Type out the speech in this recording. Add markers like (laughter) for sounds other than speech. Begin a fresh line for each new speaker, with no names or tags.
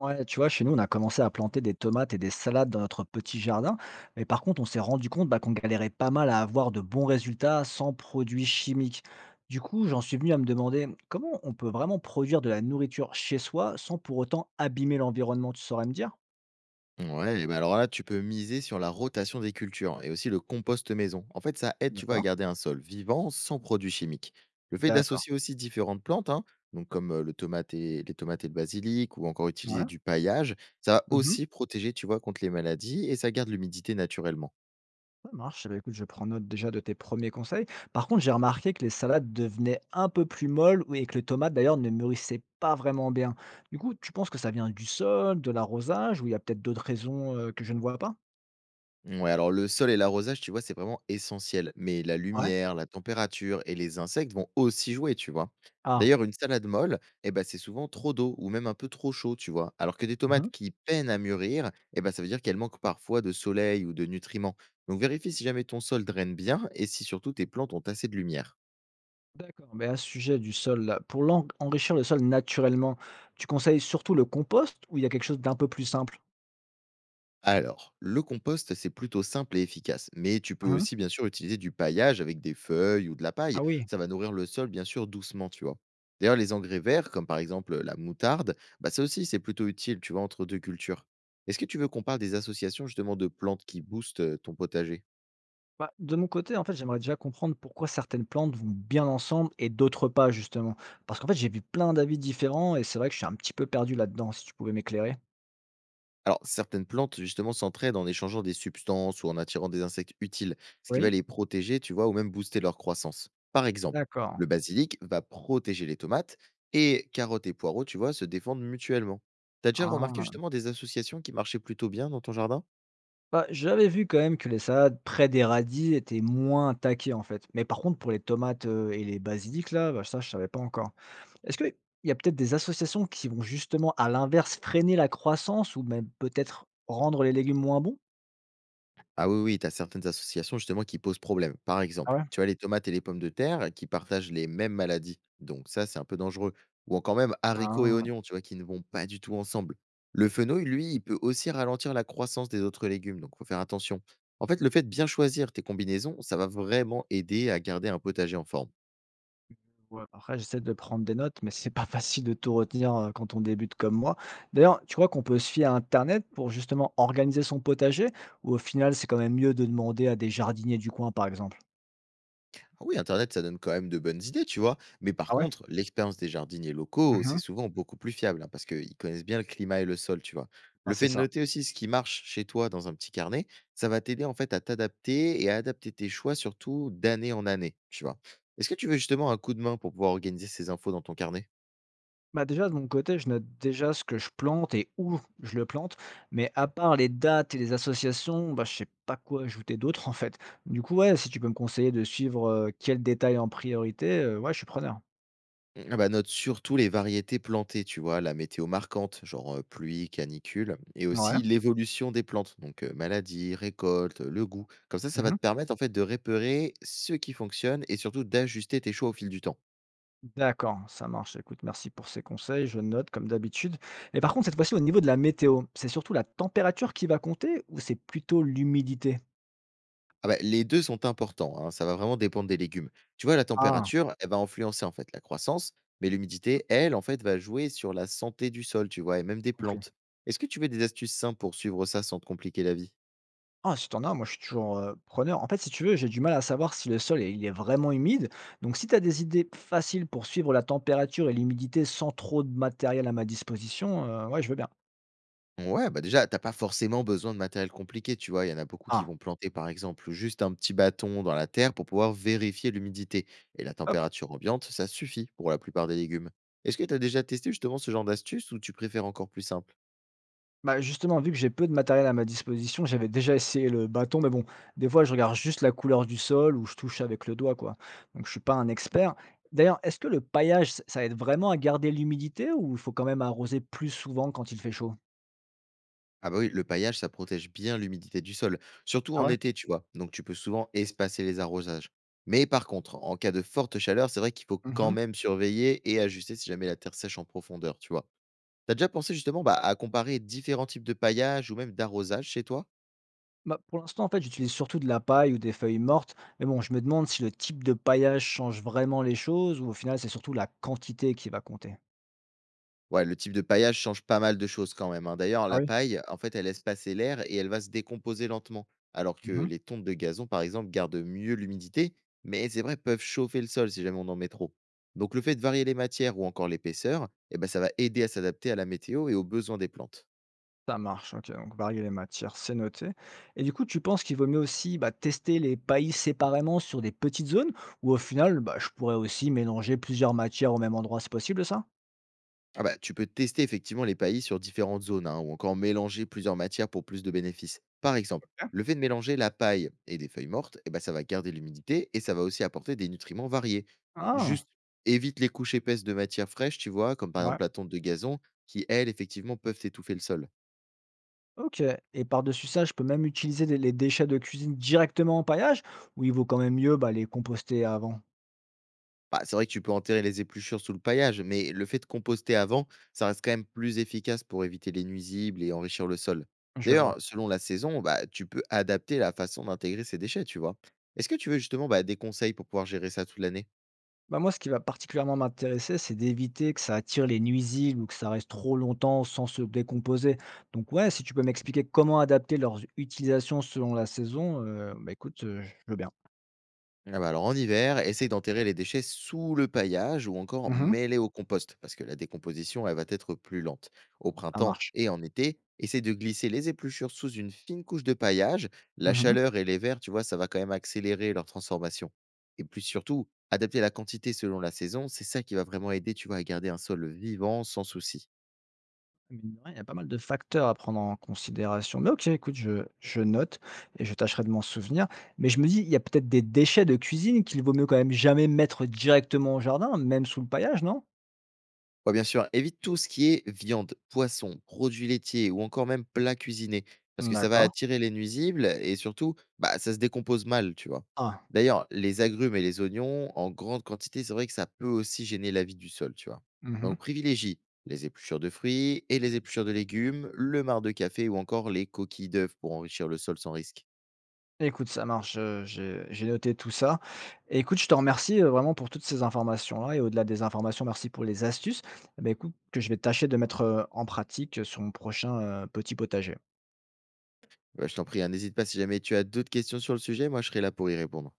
Ouais, tu vois, chez nous, on a commencé à planter des tomates et des salades dans notre petit jardin. Mais par contre, on s'est rendu compte qu'on galérait pas mal à avoir de bons résultats sans produits chimiques. Du coup, j'en suis venu à me demander comment on peut vraiment produire de la nourriture chez soi sans pour autant abîmer l'environnement, tu saurais me dire?
Ouais, et bah alors là, tu peux miser sur la rotation des cultures et aussi le compost maison. En fait, ça aide, tu vois, à
D'accord.
garder un sol vivant sans produits chimiques. Le fait
D'accord.
d'associer aussi différentes plantes, hein, donc comme le tomate les tomates et le basilic, ou encore
Ouais.
utiliser du paillage, ça va aussi protéger, tu vois, contre les maladies et ça garde l'humidité naturellement.
Ça marche. Eh ben, écoute, je prends note déjà de tes premiers conseils. Par contre, j'ai remarqué que les salades devenaient un peu plus molles et que les tomates, d'ailleurs, ne mûrissaient pas vraiment bien. Du coup, tu penses que ça vient du sol, de l'arrosage, ou il y a peut-être d'autres raisons que je ne vois pas?
Ouais, alors le sol et l'arrosage, tu vois, c'est vraiment essentiel. Mais la
Ouais.
lumière, la température et les insectes vont aussi jouer, tu vois.
Ah,
D'ailleurs, une salade molle, eh ben, c'est souvent trop d'eau ou même un peu trop chaud, tu vois. Alors que des
mhm.
tomates qui peinent à mûrir, eh ben, ça veut dire qu'elles manquent parfois de soleil ou de nutriments. Donc vérifie si jamais ton sol draine bien et si surtout tes plantes ont assez de lumière.
D'accord. Mais à ce sujet du sol, là, pour enrichir le sol naturellement, tu conseilles surtout le compost ou il y a quelque chose d'un peu plus simple?
Alors, le compost, c'est plutôt simple et efficace, mais tu peux
Mhm.
aussi bien sûr utiliser du paillage avec des feuilles ou de la paille.
Ah oui.
Ça va nourrir le sol bien sûr doucement, tu vois. D'ailleurs, les engrais verts, comme par exemple la moutarde, bah ça aussi c'est plutôt utile, tu vois, entre deux cultures. Est-ce que tu veux qu'on parle des associations justement de plantes qui boostent ton potager?
Bah, de mon côté, en fait, j'aimerais déjà comprendre pourquoi certaines plantes vont bien ensemble et d'autres pas, justement. Parce qu'en fait, j'ai vu plein d'avis différents et c'est vrai que je suis un petit peu perdu là-dedans, si tu pouvais m'éclairer.
Alors, certaines plantes, justement, s'entraident en échangeant des substances ou en attirant des insectes utiles, ce qui
Oui.
va les protéger, tu vois, ou même booster leur croissance. Par exemple,
D'accord.
le basilic va protéger les tomates et carottes et poireaux, tu vois, se défendent mutuellement. T'as déjà remarqué
Ah.
justement des associations qui marchaient plutôt bien dans ton jardin?
Bah, j'avais vu quand même que les salades près des radis étaient moins attaquées, en fait. Mais par contre, pour les tomates et les basiliques, là, bah, ça, je savais pas encore. Est-ce qu'il y a peut-être des associations qui vont justement, à l'inverse, freiner la croissance ou même peut-être rendre les légumes moins bons?
Ah oui, oui, tu as certaines associations justement qui posent problème. Par
Ah
exemple,
ouais.
tu as les tomates et les pommes de terre qui partagent les mêmes maladies. Donc ça, c'est un peu dangereux. Ou encore même haricots et
Ah.
oignons, tu vois, qui ne vont pas du tout ensemble. Le fenouil, lui, il peut aussi ralentir la croissance des autres légumes, donc faut faire attention. En fait, le fait de bien choisir tes combinaisons, ça va vraiment aider à garder un potager en forme.
Ouais, après j'essaie de prendre des notes, mais c'est pas (laughs) facile de tout retenir, quand on débute comme moi. D'ailleurs, tu crois qu'on peut se fier à internet pour justement organiser son potager? Ou au final, c'est quand même mieux de demander à des jardiniers du coin, par exemple?
Ah oui, Internet, ça donne quand même de bonnes idées, tu vois. Mais par
Ah ouais?
contre, l'expérience des jardiniers locaux, c'est
Mmh.
souvent beaucoup plus fiable, hein, parce qu'ils connaissent bien le climat et le sol, tu vois.
Ah,
Le
c'est
fait de
ça.
noter aussi ce qui marche chez toi dans un petit carnet, ça va t'aider en fait à t'adapter et à adapter tes choix, surtout d'année en année, tu vois. Est-ce que tu veux justement un coup de main pour pouvoir organiser ces infos dans ton carnet?
Bah, déjà de mon côté, je note déjà ce que je plante et où je le plante, mais à part les dates et les associations, bah, je sais pas quoi ajouter d'autre en fait. Du coup, ouais, si tu peux me conseiller de suivre, quel détail en priorité, ouais, je suis preneur.
Mmh, ah bah, note surtout les variétés plantées, tu vois, la météo marquante, genre, pluie, canicule et
Ouais.
aussi l'évolution des plantes, donc maladies, récolte, le goût. Comme ça va
Mmh.
te permettre, en fait, de repérer ce qui fonctionne et surtout d'ajuster tes choix au fil du temps.
D'accord, ça marche. Écoute, merci pour ces conseils, je note comme d'habitude. Et par contre, cette fois-ci, au niveau de la météo, c'est surtout la température qui va compter ou c'est plutôt l'humidité?
Ah bah, les deux sont importants, hein, ça va vraiment dépendre des légumes. Tu vois, la
Ah,
température, elle va influencer, en fait, la croissance, mais l'humidité, elle, en fait, va jouer sur la santé du sol, tu vois? Et même
j'ai
des
compris.
plantes. Est-ce que tu veux des astuces simples pour suivre ça sans te compliquer la vie?
Ah, si t'en as, moi je suis toujours preneur. En fait, si tu veux, j'ai du mal à savoir si le sol est, il est vraiment humide. Donc, si tu as des idées faciles pour suivre la température et l'humidité sans trop de matériel à ma disposition, ouais, je veux bien.
Ouais, bah, déjà, t'as pas forcément besoin de matériel compliqué, tu vois? Il y en a beaucoup qui
Ah,
vont planter, par exemple, juste un petit bâton dans la terre pour pouvoir vérifier l'humidité et la
hop.
température ambiante, ça suffit pour la plupart des légumes. Est-ce que t'as déjà testé justement ce genre d'astuce ou tu préfères encore plus simple?
Bah, justement, vu que j'ai peu de matériel à ma disposition, j'avais déjà essayé le bâton, mais bon, des fois, je regarde juste la couleur du sol ou je touche avec le doigt, quoi. Donc, je suis pas un expert. D'ailleurs, est-ce que le paillage, ça aide vraiment à garder l'humidité ou il faut quand même arroser plus souvent quand il fait chaud?
Ah bah oui, le paillage, ça protège bien l'humidité du sol, surtout
Ah
en
ouais?
été, tu vois. Donc tu peux souvent espacer les arrosages. Mais par contre, en cas de forte chaleur, c'est vrai qu'il faut quand
Mhm.
même surveiller et ajuster si jamais la terre sèche en profondeur, tu vois. T'as déjà pensé justement, bah, à comparer différents types de paillage ou même d'arrosage chez toi?
Bah, pour l'instant, en fait, j'utilise surtout de la paille ou des feuilles mortes, mais bon, je me demande si le type de paillage change vraiment les choses ou au final, c'est surtout la quantité qui va compter.
Ouais, le type de paillage change pas mal de choses quand même, hein. D'ailleurs,
Ah
la
oui?
paille, en fait, elle laisse passer l'air et elle va se décomposer lentement. Alors que
Mhm.
les tontes de gazon, par exemple, gardent mieux l'humidité, mais c'est vrai, peuvent chauffer le sol si jamais on en met trop. Donc le fait de varier les matières ou encore l'épaisseur, eh ben, ça va aider à s'adapter à la météo et aux besoins des plantes.
Ça marche, OK, donc varier les matières, c'est noté. Et du coup, tu penses qu'il vaut mieux aussi, bah, tester les paillis séparément sur des petites zones ou au final, bah, je pourrais aussi mélanger plusieurs matières au même endroit, c'est possible ça?
Ah bah, tu peux tester effectivement les paillis sur différentes zones hein, ou encore mélanger plusieurs matières pour plus de bénéfices. Par exemple,
Ok.
le fait de mélanger la paille et des feuilles mortes, eh ben, ça va garder l'humidité et ça va aussi apporter des nutriments variés.
Ah,
Juste évite les couches épaisses de matières fraîches, tu vois, comme par
ouais,
exemple la tonte de gazon, qui elles, effectivement, peuvent étouffer le sol.
OK et par-dessus ça, je peux même utiliser les déchets de cuisine directement en paillage ou il vaut quand même mieux, bah, les composter avant?
Bah, c'est vrai que tu peux enterrer les épluchures sous le paillage, mais le fait de composter avant, ça reste quand même plus efficace pour éviter les nuisibles et enrichir le sol.
Je vois.
D'ailleurs, selon la saison, bah, tu peux adapter la façon d'intégrer ces déchets, tu vois. Est-ce que tu veux justement bah, des conseils pour pouvoir gérer ça toute l'année?
Bah, moi, ce qui va particulièrement m'intéresser, c'est d'éviter que ça attire les nuisibles ou que ça reste trop longtemps sans se décomposer. Donc ouais, si tu peux m'expliquer comment adapter leurs utilisations selon la saison, bah, écoute, je veux bien.
Ah bah, alors en hiver, essaye d'enterrer les déchets sous le paillage ou encore
Mmh.
mêlés au compost, parce que la décomposition elle va être plus lente. Au
Ça
printemps
marche.
et en été, essaye de glisser les épluchures sous une fine couche de paillage. La
Mmh.
chaleur et les vers, tu vois, ça va quand même accélérer leur transformation. Et puis surtout, adapter la quantité selon la saison, c'est ça qui va vraiment aider, tu vois, à garder un sol vivant sans souci.
Mine de rien, il y a pas mal de facteurs à prendre en considération. Mais OK, écoute, je note et je tâcherai de m'en souvenir. Mais je me dis, il y a peut-être des déchets de cuisine qu'il vaut mieux quand même jamais mettre directement au jardin, même sous le paillage, non?
Ouais, bien sûr, évite tout ce qui est viande, poisson, produits laitiers ou encore même plats cuisinés, parce que ça va
D'accord.
attirer les nuisibles et surtout, bah, ça se décompose mal, tu vois.
Ah.
D'ailleurs, les agrumes et les oignons, en grande quantité, c'est vrai que ça peut aussi gêner la vie du sol, tu vois.
Mmh.
Donc privilégie les épluchures de fruits et les épluchures de légumes, le marc de café ou encore les coquilles d'œufs pour enrichir le sol sans risque.
Écoute, ça marche, j'ai noté tout ça. Et écoute, je te remercie, vraiment pour toutes ces informations-là et au-delà des informations, merci pour les astuces. Bah, écoute, que je vais tâcher de mettre, en pratique, sur mon prochain, petit potager.
Bah, je t'en prie, hein, n'hésite pas si jamais tu as d'autres questions sur le sujet, moi je serai là pour y répondre.